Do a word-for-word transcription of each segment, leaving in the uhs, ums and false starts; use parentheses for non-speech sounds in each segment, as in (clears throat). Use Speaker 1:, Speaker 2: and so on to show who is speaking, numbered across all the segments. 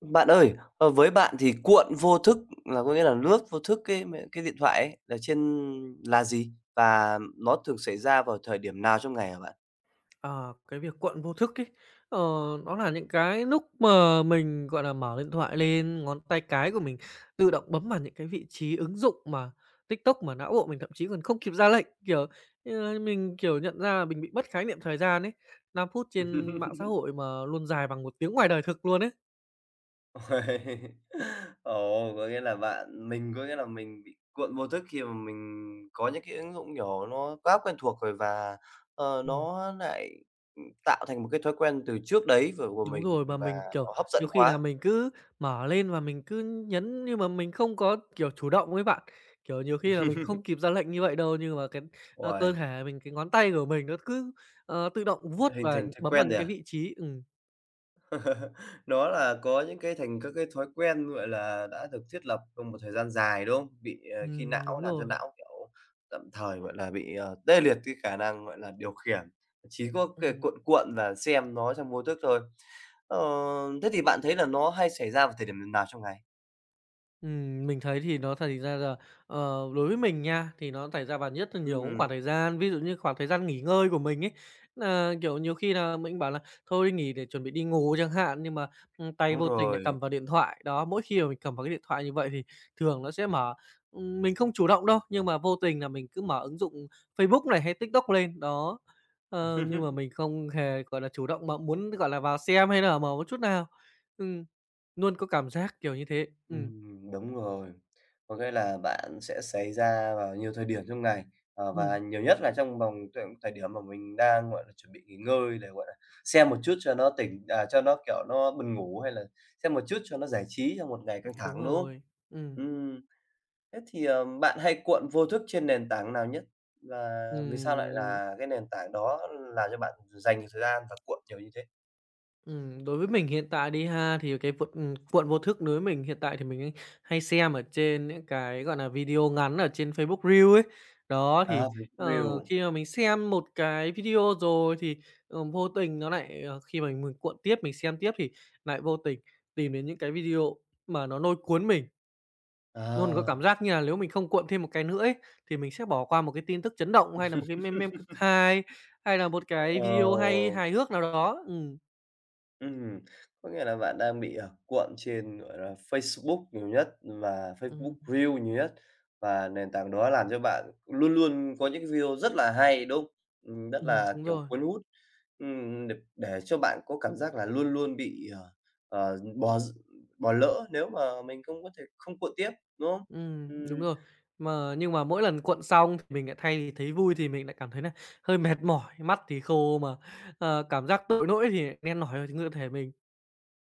Speaker 1: Bạn ơi, ờ, với bạn thì cuộn vô thức là có nghĩa là lướt vô thức cái m cái điện thoại ấy là trên là gì? Và nó thường xảy ra vào thời điểm nào trong ngày hả bạn?
Speaker 2: Ờ, cái việc quận vô thức ấy, ờ, nó là những cái lúc mà mình, gọi là, mở điện thoại lên, ngón tay cái của mình tự động bấm vào những cái vị trí ứng dụng mà TikTok mà não bộ mình thậm chí còn không kịp ra lệnh, kiểu, ờ, mình, kiểu, nhận ra là mình bị mất khái niệm thời gian ấy, năm phút trên mạng xã
Speaker 1: (laughs)
Speaker 2: hội mà luôn dài bằng một tiếng ngoài đời thực luôn ấy.
Speaker 1: Uầy. Ồ, có nghĩa là bạn mình có nghĩa là mình bị cuộn vô thức khi mà mình có những cái ứng dụng, nhỏ nó quá quen thuộc rồi và, ờ,
Speaker 2: Ừm.
Speaker 1: nó lại, ừ, tạo thành một cái thói quen từ trước đấy của của
Speaker 2: Đúng
Speaker 1: mình
Speaker 2: rồi, mà
Speaker 1: và
Speaker 2: mình,
Speaker 1: nó
Speaker 2: kiểu,
Speaker 1: hấp dẫn
Speaker 2: nhiều khi
Speaker 1: quá.
Speaker 2: là mình cứ mở lên và mình cứ nhấn nhưng mà mình không có, kiểu, chủ động ấy bạn. Kiểu, nhiều khi là mình không kịp ra lệnh như vậy đâu, nhưng mà cái, a,
Speaker 1: Uầy,
Speaker 2: cơ thể mình, cái ngón tay của mình nó cứ, ờ, tự động vuốt
Speaker 1: hình
Speaker 2: và
Speaker 1: thành thói
Speaker 2: bấm vào
Speaker 1: quen
Speaker 2: những
Speaker 1: rồi
Speaker 2: cái
Speaker 1: à?
Speaker 2: vị trí. Ừm,
Speaker 1: Đó là có những cái thành các cái thói quen, gọi là, đã được thiết lập trong một thời gian dài, đúng không? Bị, ờ, khi
Speaker 2: ừm,
Speaker 1: não
Speaker 2: đúng
Speaker 1: làm cho
Speaker 2: rồi.
Speaker 1: não, kiểu, tạm thời, gọi là, bị, ờ, tê liệt cái khả năng, gọi là, điều khiển, chỉ có cái
Speaker 2: Ừm.
Speaker 1: cuộn cuộn và xem nó trong vô thức thôi. Ờ, Thế thì bạn thấy là nó hay xảy ra vào thời điểm nào trong ngày?
Speaker 2: Ừm, mình thấy thì nó thành ra là, ờ, đối với mình nha, thì nó xảy ra vào nhất là nhiều cũng
Speaker 1: Ừm,
Speaker 2: khoảng thời gian, ví dụ như khoảng thời gian nghỉ ngơi của mình ấy. Nà, kiểu, nhiều khi là mình bảo là thôi đi nghỉ để chuẩn bị đi ngủ chẳng hạn, nhưng mà, ừm, tay
Speaker 1: đúng
Speaker 2: vô tình lại
Speaker 1: rồi.
Speaker 2: cầm vào điện thoại. Đó, mỗi khi mà mình cầm vào cái điện thoại như vậy thì thường nó sẽ mở ừm, mình không chủ động đâu, nhưng mà vô tình là mình cứ mở ứng dụng Facebook này hay TikTok lên, đó. Ờ, nhưng mà mình không hề, gọi là, chủ động mà muốn, gọi là, vào xem hay là mở một chút nào. Ừm, luôn có cảm giác kiểu như thế. Ừm.
Speaker 1: Ừm, đúng rồi. Có nghĩa là bạn sẽ xảy ra vào nhiều thời điểm trong ngày, ờ, và
Speaker 2: Ừm,
Speaker 1: nhiều nhất là trong vòng t thời điểm mà mình đang, gọi là, chuẩn bị nghỉ ngơi để, gọi là, xem một chút cho nó tỉnh à, cho nó, kiểu, nó buồn ngủ hay là xem một chút cho nó giải trí trong một ngày căng
Speaker 2: đúng
Speaker 1: thẳng, đúng không?
Speaker 2: rồi. Ừm,
Speaker 1: Ừm, thế thì, ờ, bạn hay cuộn vô thức trên nền tảng nào nhất? Và vì sao lại
Speaker 2: ừm,
Speaker 1: là cái nền tảng đó làm cho bạn dành nhiều thời gian và cuộn nhiều như thế?
Speaker 2: ừm, đối với mình hiện tại đi ha, thì cái v ừm, cuộn vô thức đối với mình hiện tại thì mình hay hay xem ở trên những cái, gọi nà, video ngắn ở trên Facebook Reels ấy. Đó, thì,
Speaker 1: À, Facebook
Speaker 2: ờ,
Speaker 1: Reels.
Speaker 2: khi mà mình xem một cái video rồi thì, ờ, vô tình nó lại, ờ, khi mà mình cuộn tiếp, mình xem tiếp thì lại vô tình tìm đến những cái video mà nó lôi cuốn mình. Luôn có
Speaker 1: À,
Speaker 2: cảm giác như là nếu mình không cuộn thêm một cái nữa ấy, thì mình sẽ bỏ qua một cái tin tức chấn động, hay là một cái meme meme cực hay hay là một cái
Speaker 1: ờ.
Speaker 2: video hay hài hước nào đó. Ừm,
Speaker 1: Ừm, có nghĩa là bạn đang bị, ờ, cuộn trên, gọi là, Facebook nhiều nhất và Facebook
Speaker 2: ừm,
Speaker 1: Reels nhiều nhất, và nền tảng đó làm cho bạn luôn luôn có những video rất là hay, đúng không? Ừm, rất
Speaker 2: ừm,
Speaker 1: là,
Speaker 2: đúng
Speaker 1: kiểu,
Speaker 2: rồi.
Speaker 1: cuốn hút, ừm, để để cho bạn có cảm giác là luôn luôn bị, ờ, ờ, bỏ bỏ lỡ nếu mà mình không có thể không cuộn tiếp, đúng không?
Speaker 2: Ừm, đúng
Speaker 1: Ừm.
Speaker 2: rồi. Mà nhưng mà mỗi lần cuộn xong thì mình lại thay thì thấy vui thì mình lại cảm thấy là hơi mệt mỏi, mắt thì khô mà, ờ, cảm giác tội lỗi thì đen nổi ở trên cơ thể mình.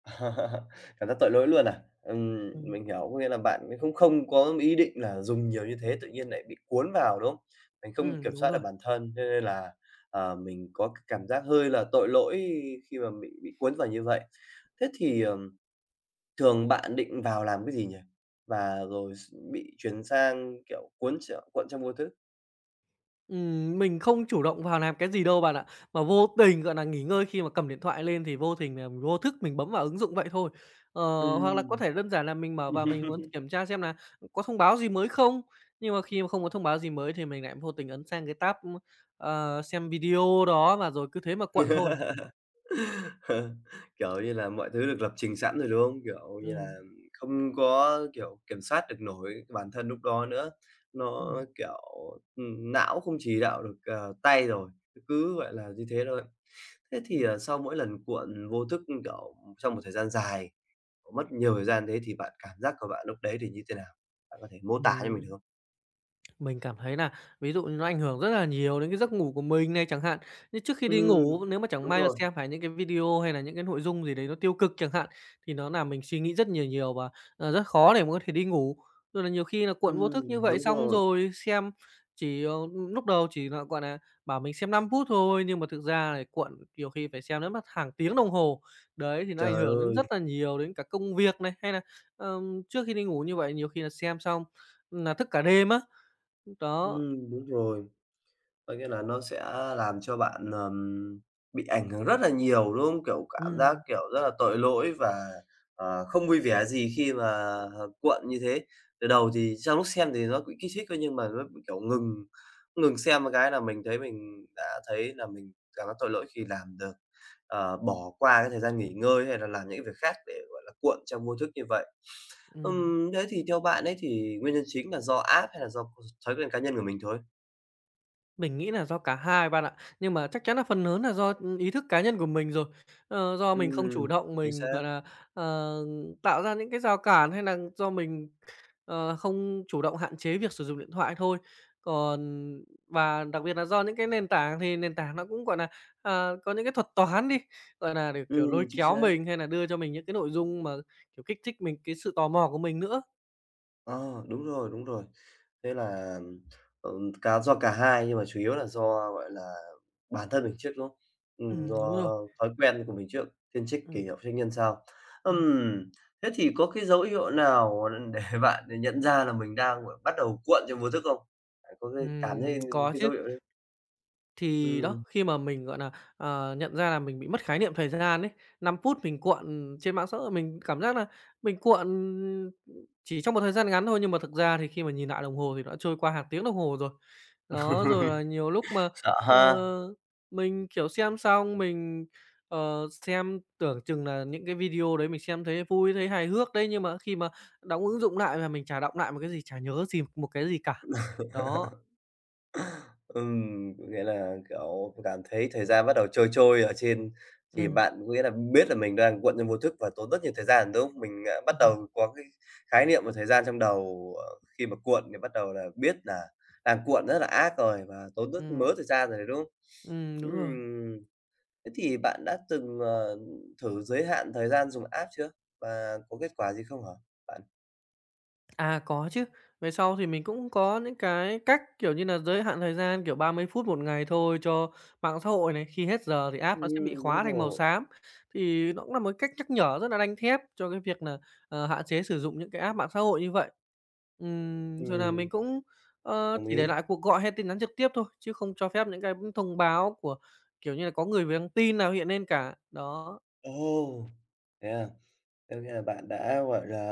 Speaker 1: (laughs) Cảm giác tội lỗi luôn à? Ừm,
Speaker 2: Ừm,
Speaker 1: mình hiểu, có nghĩa là bạn không không có ý định là dùng nhiều như thế, tự nhiên lại bị cuốn vào, đúng không? Mình không
Speaker 2: ừm,
Speaker 1: kiểm
Speaker 2: đúng
Speaker 1: soát được
Speaker 2: rồi.
Speaker 1: bản thân, cho nên là, ờ, mình có cái cảm giác hơi là tội lỗi khi mà bị bị cuốn vào như vậy. Thế thì, ờm, thường bạn định vào làm cái gì nhỉ? Và rồi s bị chuyển sang, kiểu, cuốn treo cuộn trong vô thứ
Speaker 2: Ừm, mình không chủ động vào làm cái gì đâu bạn ạ, mà vô tình, gọi là, nghỉ ngơi khi mà cầm điện thoại lên thì vô tình là vô thức mình bấm vào ứng dụng vậy thôi. Ờ, hoặc là có
Speaker 1: Ừm.
Speaker 2: thể đơn giản là mình mở vào mình muốn kiểm tra xem là có thông báo gì mới không, nhưng mà khi mà không có thông báo gì mới thì mình lại vô tình ấn sang cái tab, ưm, ờ, xem video đó và rồi cứ thế mà quận thôi.
Speaker 1: (laughs) Kiểu như là, mọi thứ được lập trình sẵn rồi, đúng không? Kiểu như
Speaker 2: Ừm,
Speaker 1: là, không có, kiểu, kiểm soát được nổi cái bản thân lúc đó nữa. Nó,
Speaker 2: ừm,
Speaker 1: kiểu, ừm, não không chỉ đạo được, ờ, tay rồi, cứ, vậy là, như thế thôi. Thế thì,
Speaker 2: ừm,
Speaker 1: ờ, sau mỗi lần cuộn vô thức, kiểu, trong một thời gian dài, mất nhiều thời gian thế thì bạn cảm giác của bạn lúc đấy thì như thế nào? Bạn có thể mô tả cho mình được
Speaker 2: ừm.
Speaker 1: không?
Speaker 2: Mình cảm thấy là ví dụ như nó ảnh hưởng rất là nhiều đến cái giấc ngủ của mình này chẳng hạn. Như trước khi đi
Speaker 1: Ừm,
Speaker 2: ngủ, nếu mà chẳng
Speaker 1: đúng
Speaker 2: may mà
Speaker 1: rồi,
Speaker 2: xem phải những cái video hay là những cái nội dung gì đấy nó tiêu cực chẳng hạn, thì nó làm mình suy nghĩ rất nhiều nhiều và, ờ, rất khó để mà có thể đi ngủ. Rồi là nhiều khi là cuộn vô thức như
Speaker 1: ừm,
Speaker 2: vậy
Speaker 1: đúng
Speaker 2: xong
Speaker 1: rồi.
Speaker 2: rồi xem chỉ, ờ, lúc đầu chỉ nà, gọi nà, bảo mình xem năm phút thôi, nhưng mà thực ra là cuộn nhiều khi phải xem đến mất hàng tiếng đồng hồ. Đấy, thì nó ảnh
Speaker 1: Trời
Speaker 2: hưởng đến rất
Speaker 1: ơi!
Speaker 2: là nhiều đến cả công việc này, hay là ờm, trước khi đi ngủ như vậy nhiều khi là xem xong là thức cả đêm á. Đó,
Speaker 1: Ừm, đúng rồi. Có nghĩa là nó sẽ làm cho bạn, ờm, bị ảnh hưởng rất là nhiều, đúng không? Kiểu, cảm giác,
Speaker 2: ừm,
Speaker 1: kiểu, rất là tội lỗi và, ờ, không vui vẻ gì khi mà, ờ, cuộn như thế. Từ đầu thì trong lúc xem thì nó cũng kích thích thôi, nhưng mà nó, kiểu, ngừng ngừng xem một cái là mình thấy mình đã thấy là mình cảm giác tội lỗi khi làm được ờ, bỏ qua cái thời gian nghỉ ngơi hay là làm những việc khác để, gọi là, cuộn trong vô thức như vậy.
Speaker 2: ừm,
Speaker 1: Ừm, thế thì theo bạn ấy thì nguyên nhân chính là do app hay là do thói quen cá nhân của mình thôi?
Speaker 2: mình nghĩ là do cả hai bạn ạ. Nhưng mà chắc chắn là phần lớn là do, ý thức cá nhân của mình rồi. Ờ, do mình không
Speaker 1: Ừm,
Speaker 2: chủ động,
Speaker 1: chính
Speaker 2: mình,
Speaker 1: xác.
Speaker 2: gọi là, ờ, tạo ra những cái rào cản hay là do mình, ờ, không chủ động hạn chế việc sử dụng điện thoại thôi. Còn và đặc biệt là do những cái nền tảng thì nền tảng nó cũng, gọi là ờ, có những cái thuật toán đi, gọi là để, kiểu,
Speaker 1: Ừm,
Speaker 2: lôi
Speaker 1: chính
Speaker 2: kéo
Speaker 1: xác.
Speaker 2: mình hay là đưa cho mình những cái nội dung mà, kiểu, kích thích mình cái sự tò mò của mình nữa.
Speaker 1: Ờ, đúng rồi, đúng rồi. Thế là, ừm, cá do cả hai nhưng mà chủ yếu là do, gọi là, bản thân mình trước, đúng không? Ừm,
Speaker 2: Ừm,
Speaker 1: do
Speaker 2: đúng rồi.
Speaker 1: thói quen của mình trước, thiên trích kỷ
Speaker 2: Ừm.
Speaker 1: luật trách nhân sau.
Speaker 2: Ừm,
Speaker 1: Ừm, thế thì có cái dấu hiệu nào để (laughs) bạn nhận ra là mình đang, gọi, bắt đầu cuộn trong vô thức không? Bạn có cái cảm
Speaker 2: Ừm,
Speaker 1: thấy
Speaker 2: có
Speaker 1: cái
Speaker 2: chứ.
Speaker 1: dấu hiệu đấy
Speaker 2: Thì đó,
Speaker 1: ừm,
Speaker 2: khi mà mình, gọi là ờ, nhận ra là mình bị mất khái niệm thời gian ấy, năm phút mình cuộn trên mạng xã hội, mình cảm giác là mình cuộn chỉ trong một thời gian ngắn thôi, nhưng mà thực ra thì khi mà nhìn lại đồng hồ thì đã trôi qua hàng tiếng đồng hồ rồi. Đó, rồi là nhiều lúc mà,
Speaker 1: sợ
Speaker 2: ờ,
Speaker 1: ha?
Speaker 2: mình, kiểu, xem xong mình, ờ, xem tưởng chừng là những cái video đấy mình xem thấy vui, thấy hài hước đấy, nhưng mà khi mà đóng ứng dụng lại là mình chả động lại một cái gì, chả nhớ gì một cái gì cả. Đó,
Speaker 1: Ừm, có nghĩa là, kiểu, cảm thấy thời gian bắt đầu trôi trôi ở trên thì
Speaker 2: ừm,
Speaker 1: bạn có nghĩa là biết là mình đang cuộn trong vô thức và tốn rất nhiều thời gian, đúng không? Mình, à, bắt đầu
Speaker 2: ừm,
Speaker 1: có cái khái niệm về thời gian trong đầu, ờ, khi mà cuộn thì bắt đầu là biết là đang cuộn rất là ác rồi và tốn rất mớ
Speaker 2: ừm,
Speaker 1: thời gian rồi đấy, đúng không?
Speaker 2: ừm, đúng rồi.
Speaker 1: Ừm, thế thì bạn đã từng, ờ, thử giới hạn thời gian dùng app chưa? Và có kết quả gì không hả bạn?
Speaker 2: À, có chứ. Về sau thì mình cũng có những cái cách, kiểu như là giới hạn thời gian, kiểu, ba mươi phút một ngày thôi cho mạng xã hội này, khi hết giờ thì app nó sẽ bị
Speaker 1: Ừm, đúng
Speaker 2: khóa thành màu
Speaker 1: rồi,
Speaker 2: xám. Thì nó cũng là một cách nhắc nhở rất là đanh thép cho cái việc là ờ, hạn chế sử dụng những cái app mạng xã hội như vậy. Ừm, rồi nà
Speaker 1: ừm,
Speaker 2: mình cũng, ờ,
Speaker 1: đồng
Speaker 2: chỉ để
Speaker 1: ý.
Speaker 2: lại cuộc gọi hay tin nhắn trực tiếp thôi, chứ không cho phép những cái thông báo của, kiểu như là, có người về nhắn tin nào hiện lên cả. Đó,
Speaker 1: Ồ! Thế à? Tức là bạn đã, gọi là,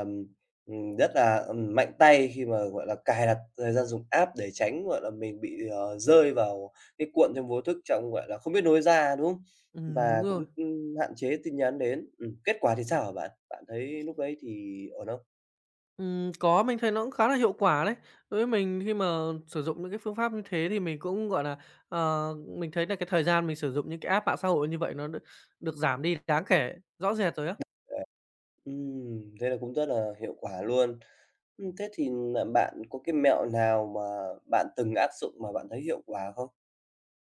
Speaker 1: ừm, rất là, ừm, mạnh tay khi mà, gọi là, cài đặt thời gian dùng app để tránh, gọi là, mình bị, ờ, rơi vào cái cuộn trong vô thức trong, gọi là, không biết nối ra, đúng không?
Speaker 2: ừm, đúng
Speaker 1: Và
Speaker 2: rồi.
Speaker 1: cũng, ưm, hạn chế tin nhắn đến. Ừm, kết quả thì sao hả bạn? Bạn thấy lúc đấy thì ổn không?
Speaker 2: Ừm, có, mình thấy nó cũng khá là hiệu quả đấy. Đối với mình khi mà sử dụng những cái phương pháp như thế thì mình cũng, gọi là, ờ, mình thấy là cái thời gian mình sử dụng những cái app mạng xã hội như vậy nó được được giảm đi đáng kể, rõ rệt rồi á.
Speaker 1: À, ừm, thế là cũng rất là hiệu quả luôn. Ừm, thế thì là bạn có cái mẹo nào mà bạn từng áp dụng mà bạn thấy hiệu quả không?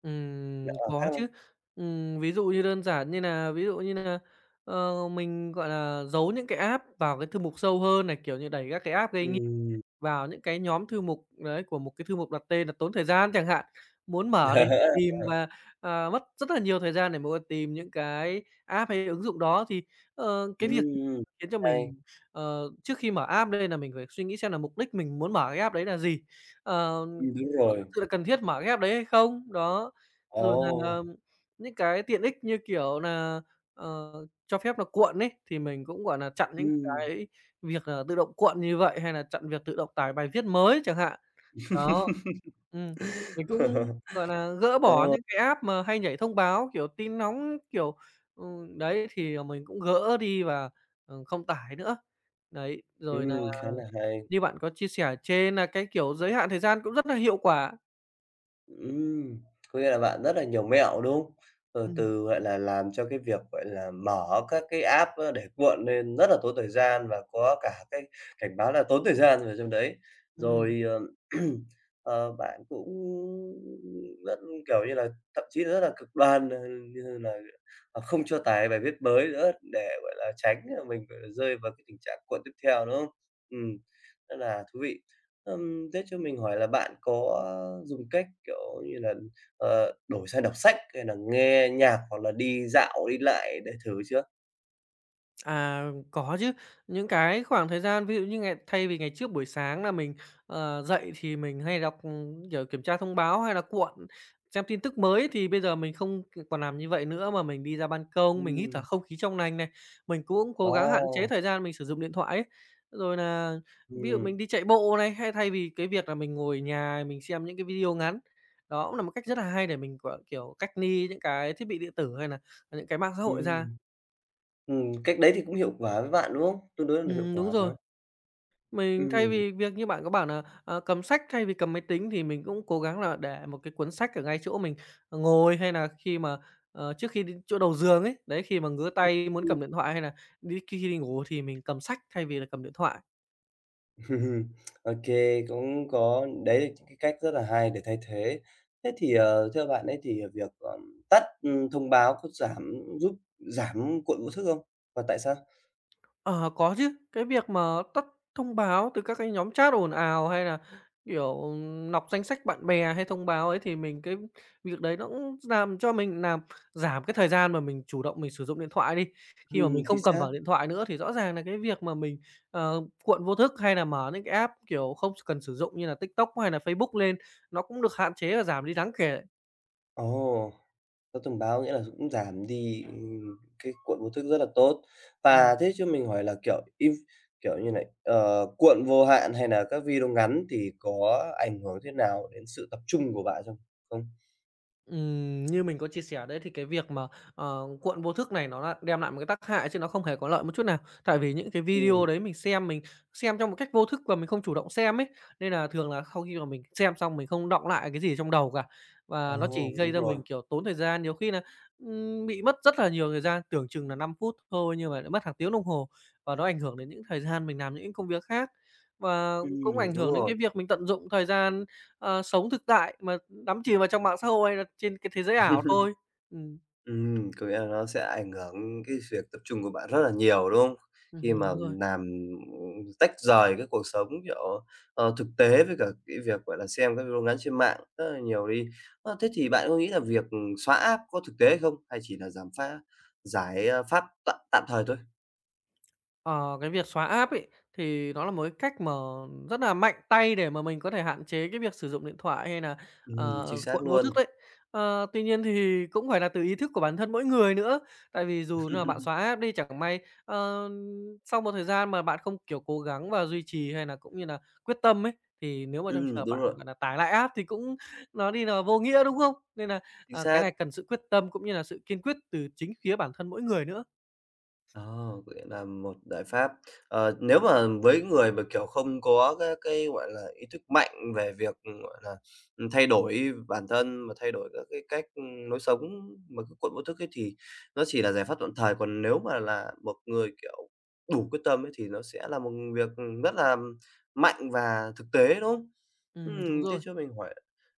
Speaker 2: Ừm,
Speaker 1: Mẹo nào khác
Speaker 2: có
Speaker 1: không?
Speaker 2: chứ. Ừm, ví dụ như đơn giản như nà ví dụ như nà, ờ, mình, gọi là, giấu những cái app vào cái thư mục sâu hơn này, kiểu như, đẩy các cái app gây
Speaker 1: Ừm.
Speaker 2: vào những cái nhóm thư mục đấy, của một cái thư mục đặt tên là tốn thời gian chẳng hạn. Muốn mở thì phải
Speaker 1: (laughs)
Speaker 2: tìm và, ờ, mất rất là nhiều thời gian để mà bạn tìm những cái app hay ứng dụng đó thì, ờ, cái việc
Speaker 1: Ừm,
Speaker 2: khiến cho
Speaker 1: hay.
Speaker 2: mình, ờ, trước khi mở app đây là mình phải suy nghĩ xem là mục đích mình muốn mở cái app đấy là gì? Ờ,
Speaker 1: Ừm, đúng
Speaker 2: có
Speaker 1: rồi.
Speaker 2: thực sự là cần thiết mở cái app đấy hay không? Đó, rồi
Speaker 1: Ồ!
Speaker 2: là những cái tiện ích như kiểu là ờ, cho phép là cuộn ấy, thì mình cũng, gọi là chặn những
Speaker 1: Ừm.
Speaker 2: cái việc, ờ, tự động cuộn như vậy hay là chặn việc tự động tải bài viết mới chẳng hạn. Đó, ừm, mình cũng, gọi là,
Speaker 1: (laughs)
Speaker 2: gỡ bỏ
Speaker 1: Ờ,
Speaker 2: những cái app mà hay nhảy thông báo, kiểu, tin nóng, kiểu, ừ, đấy, thì, ờ, mình cũng gỡ đi và, ờ, không tải nữa. Đấy, rồi là
Speaker 1: ừm, khá là hay.
Speaker 2: như bạn có chia sẻ ở trên là cái, kiểu, giới hạn thời gian cũng rất là hiệu quả.
Speaker 1: Ừm, có nghĩa là bạn rất là nhiều mẹo, đúng không? Ờ,
Speaker 2: Ừm,
Speaker 1: từ, gọi là, làm cho cái việc, gọi là, mở các cái app á để cuộn lên rất là tốn thời gian và có cả cái cảnh báo là tốn thời gian vào trong đấy.
Speaker 2: ừm.
Speaker 1: Rồi, ờ, (clears throat) ờ, bạn cũng rất, kiểu như là, thậm chí rất là cực đoan, ờ, như là, ờ, không cho tải bài viết mới nữa để, gọi là, tránh, ờ, mình, gọi là, rơi vào cái tình trạng cuộn tiếp theo, đúng không? Ừ rất là thú vị. Ừm, thế cho mình hỏi là bạn có dùng cách, kiểu như là, ờ, đổi sang đọc sách hay là nghe nhạc hoặc là đi dạo, đi lại để thử chưa?
Speaker 2: À, có chứ. Những cái khoảng thời gian ví dụ như ngày thay vì ngày trước buổi sáng là mình, ờ, dậy thì mình hay đọc, ừm, kiểu, kiểm tra thông báo hay là cuộn xem tin tức mới thì bây giờ mình không còn làm như vậy nữa mà mình đi ra ban công, mình hít thở
Speaker 1: Ừm,
Speaker 2: không khí trong lành này. Mình cũng cố gắng hạn chế
Speaker 1: wow!
Speaker 2: thời gian mình sử dụng điện thoại ấy. Rồi là ví dụ
Speaker 1: Ừm,
Speaker 2: mình đi chạy bộ này, hay thay vì cái việc là mình ngồi nhà mình xem những cái video ngắn. Đó cũng là một cách rất là hay để mình, gọi, kiểu, cách ly những cái thiết bị điện tử hay là những cái mạng xã hội ra.
Speaker 1: ừm, ừm, cách đấy thì cũng hiệu quả với bạn, đúng không? Tương đối là hiệu
Speaker 2: Ừm, đúng
Speaker 1: quả, phải
Speaker 2: rồi.
Speaker 1: không?
Speaker 2: Mình thay
Speaker 1: Ừm,
Speaker 2: vì việc như bạn có bảo là ờ, cầm sách thay vì cầm máy tính thì mình cũng cố gắng là để một cái cuốn sách ở ngay chỗ mình, ờ, ngồi hay là khi mà, ờ, trước khi đến chỗ đầu giường ấy, đấy, khi mà ngứa tay muốn
Speaker 1: ừm.
Speaker 2: cầm điện thoại hay là đi khi đi ngủ thì mình cầm sách thay vì là cầm điện thoại.
Speaker 1: (laughs) Ô cũng có đấy là những cái cách rất là hay để thay thế. Thế thì, ờ, theo bạn ấy thì việc, ờm, tắt, ừm, thông báo có giảm giúp giảm cuộn vô thức không? Và tại sao?
Speaker 2: Ờ, có chứ. Cái việc mà tắt thông báo từ các cái nhóm chat ồn ào hay là, kiểu, nọc danh sách bạn bè hay thông báo ấy thì mình cái việc đấy nó cũng làm cho mình làm giảm cái thời gian mà mình chủ động mình sử dụng điện thoại đi. Khi mà mình
Speaker 1: Ừm, chính
Speaker 2: không cầm
Speaker 1: xác.
Speaker 2: vào điện thoại nữa thì rõ ràng là cái việc mà mình, ờ, cuộn vô thức hay là mở những cái app, kiểu, không cần sử dụng như là TikTok hay là Facebook lên, nó cũng được hạn chế và giảm đi đáng kể.
Speaker 1: Ồ! Có thông báo nghĩa là cũng giảm đi, ừm, cái cuộn vô thức rất là tốt.
Speaker 2: Ừm.
Speaker 1: Và thế cho mình hỏi là, kiểu, im kiểu như này, ờ, cuộn vô hạn hay là các video ngắn thì có ảnh hưởng thế nào đến sự tập trung của bạn không không?
Speaker 2: Ừm, như mình có chia sẻ đấy thì cái việc mà, ờ, cuộn vô thức này nó là đem lại một cái tác hại chứ nó không hề có lợi một chút nào. Tại vì những cái video
Speaker 1: Ừm,
Speaker 2: đấy mình xem mình xem trong một cách vô thức và mình không chủ động xem ấy, nên là thường là sau khi mà mình xem xong mình không đọng lại cái gì trong đầu cả.
Speaker 1: ồ,
Speaker 2: Và nó chỉ gây
Speaker 1: đúng
Speaker 2: ra
Speaker 1: rồi.
Speaker 2: mình, kiểu, tốn thời gian, nhiều khi là ừm, bị mất rất là nhiều thời gian, tưởng chừng là năm phút thôi nhưng mà lại mất hàng tiếng đồng hồ, và nó ảnh hưởng đến những thời gian mình làm những công việc khác. Và cũng
Speaker 1: Ừm,
Speaker 2: ảnh
Speaker 1: đúng
Speaker 2: hưởng đến
Speaker 1: rồi.
Speaker 2: cái việc mình tận dụng thời gian, ờ, sống thực tại mà đắm chìm vào trong mạng xã hội hay là trên cái thế giới ảo thôi. Ừm.
Speaker 1: Ừm, có nghĩa là nó sẽ ảnh hưởng cái việc tập trung của bạn rất là nhiều, đúng không? Khi
Speaker 2: Ừm,
Speaker 1: mà
Speaker 2: đúng rồi.
Speaker 1: làm, tách rời cái cuộc sống, kiểu, ờ, thực tế với cả cái việc, gọi là, xem các video ngắn trên mạng rất là nhiều đi. Ơ, thế thì bạn có nghĩ là việc, xóa app có thực tế hay không? Hay chỉ là giảm pha giải, a, pháp tạm tạm thời thôi?
Speaker 2: Ờ, cái việc xóa app ấy, thì nó là một cái cách mà rất là mạnh tay để mà mình có thể hạn chế cái việc sử dụng điện thoại hay là,
Speaker 1: Ừm, chính
Speaker 2: ờ,
Speaker 1: xác
Speaker 2: cuộn vô thức
Speaker 1: luôn.
Speaker 2: đấy. Ờ, tuy nhiên thì cũng phải là từ ý thức của bản thân mỗi người nữa, tại vì dù là bạn xóa
Speaker 1: (laughs)
Speaker 2: app đi, chẳng may, ờ, sau một thời gian mà bạn không, kiểu, cố gắng và duy trì hay là cũng như là quyết tâm ấy, thì nếu mà trong trường
Speaker 1: Ừm,
Speaker 2: hợp
Speaker 1: đúng
Speaker 2: bạn,
Speaker 1: rồi,
Speaker 2: gọi là, tải lại app thì cũng nó đi là vô nghĩa, đúng không? Nên là,
Speaker 1: chính
Speaker 2: à, cái
Speaker 1: xác.
Speaker 2: này cần sự quyết tâm cũng như là sự kiên quyết từ chính phía bản thân mỗi người nữa.
Speaker 1: Ồ, vậy là một giải pháp. Ờ, nếu mà với người mà, kiểu, không có cái cái, gọi là, ý thức mạnh về việc, gọi là, thay đổi bản thân và thay đổi các cái cách, ưm, lối sống mà cứ cuộn vô thức ấy thì nó chỉ là giải pháp tạm thời, còn nếu mà là một người, kiểu, đủ quyết tâm ấy thì nó sẽ là một việc, rất là mạnh và thực tế, đúng không?
Speaker 2: Ừm, đúng
Speaker 1: Ừm, thế
Speaker 2: rồi.
Speaker 1: cho mình hỏi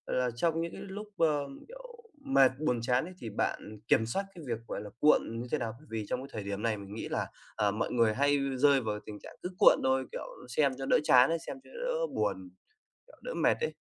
Speaker 1: là trong những cái lúc, ơ, kiểu mà buồn chán ấy thì bạn kiểm soát cái việc, gọi là, cuộn như thế nào? Bởi vì trong cái thời điểm này mình nghĩ là, ờ, mọi người hay rơi vào tình trạng cứ cuộn thôi, kiểu, xem cho đỡ chán ấy, xem cho đỡ buồn, kiểu, đỡ mệt ấy.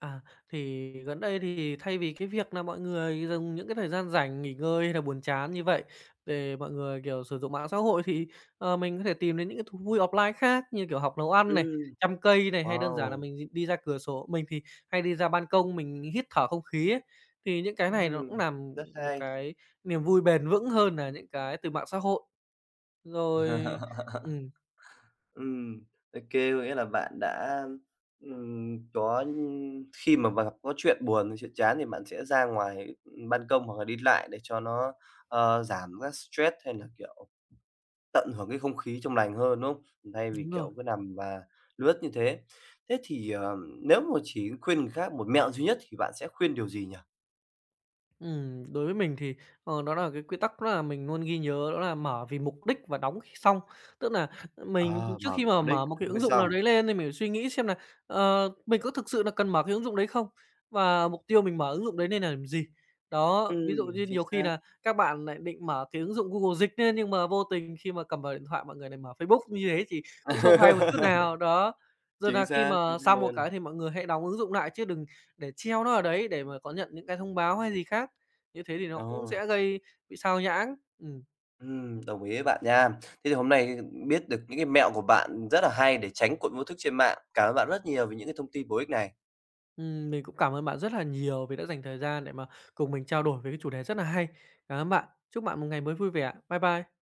Speaker 2: À, thì gần đây thì thay vì cái việc là mọi người dùng những cái thời gian rảnh, nghỉ ngơi hay là buồn chán như vậy để mọi người, kiểu, sử dụng mạng xã hội thì, ờ, mình có thể tìm đến những cái thú vui offline khác như, kiểu, học nấu ăn này,
Speaker 1: Ừm,
Speaker 2: chăm cây này, hay đơn giản là
Speaker 1: wow!
Speaker 2: mình đi ra cửa sổ. Mình thì hay đi ra ban công mình hít thở không khí ấy, thì những cái này nó cũng
Speaker 1: Ừm,
Speaker 2: làm
Speaker 1: rất
Speaker 2: một
Speaker 1: hay.
Speaker 2: cái niềm vui bền vững hơn là những cái từ mạng xã hội. Rồi
Speaker 1: (laughs)
Speaker 2: ừm,
Speaker 1: Ừm, ô kê, có nghĩa là bạn đã, ừm, có, ưm Khi mà mà có chuyện buồn, hay chuyện chán thì bạn sẽ ra ngoài, ừm, ban công hoặc là đi lại để cho nó, ờ, giảm các stress hay là, kiểu tận hưởng cái không khí trong lành hơn, đúng không? Thay vì,
Speaker 2: đúng rồi.
Speaker 1: kiểu, cứ nằm và lướt như thế. Thế thì, ờ, nếu mà chỉ khuyên người khác một mẹo duy nhất thì bạn sẽ khuyên điều gì nhỉ?
Speaker 2: Ừm, đối với mình thì, ờ, đó là cái quy tắc đó là mình luôn ghi nhớ đó là mở vì mục đích và đóng khi xong. Tức là mình
Speaker 1: Ờ,
Speaker 2: trước
Speaker 1: mà
Speaker 2: khi
Speaker 1: bị
Speaker 2: mà
Speaker 1: vô đích,
Speaker 2: mở một cái
Speaker 1: đúng hay
Speaker 2: ứng dụng nào
Speaker 1: xong.
Speaker 2: đấy lên thì mình phải suy nghĩ xem là ờ, mình có thực sự là cần mở cái ứng dụng đấy không? Và mục tiêu mình mở ứng dụng đấy nên là làm gì? Đó, ví dụ
Speaker 1: Ừm,
Speaker 2: như
Speaker 1: chính
Speaker 2: nhiều khi
Speaker 1: xác.
Speaker 2: là các bạn lại định mở cái ứng dụng Google Dịch lên nhưng mà vô tình khi mà cầm vào điện thoại mọi người lại mở Facebook, như thế thì cũng không hay một chút
Speaker 1: (laughs)
Speaker 2: nào, đó. Rồi
Speaker 1: Chính
Speaker 2: là khi
Speaker 1: xác, chính
Speaker 2: mà
Speaker 1: xác
Speaker 2: xong một
Speaker 1: luôn.
Speaker 2: cái thì mọi người hãy đóng ứng dụng lại chứ đừng để treo nó ở đấy để mà có nhận những cái thông báo hay gì khác. Như thế thì nó cũng
Speaker 1: Ồ,
Speaker 2: sẽ gây bị sao nhãng. Ừm.
Speaker 1: ừm, đồng ý với bạn nha. Thế thì hôm nay biết được những cái mẹo của bạn rất là hay để tránh cuộn vô thức trên mạng. Cảm ơn bạn rất nhiều vì những cái thông tin bổ ích này.
Speaker 2: Ừm, mình cũng cảm ơn bạn rất là nhiều vì đã dành thời gian để mà cùng mình trao đổi về cái chủ đề rất là hay. Cảm ơn bạn. Chúc bạn một ngày mới vui vẻ. Bye bye.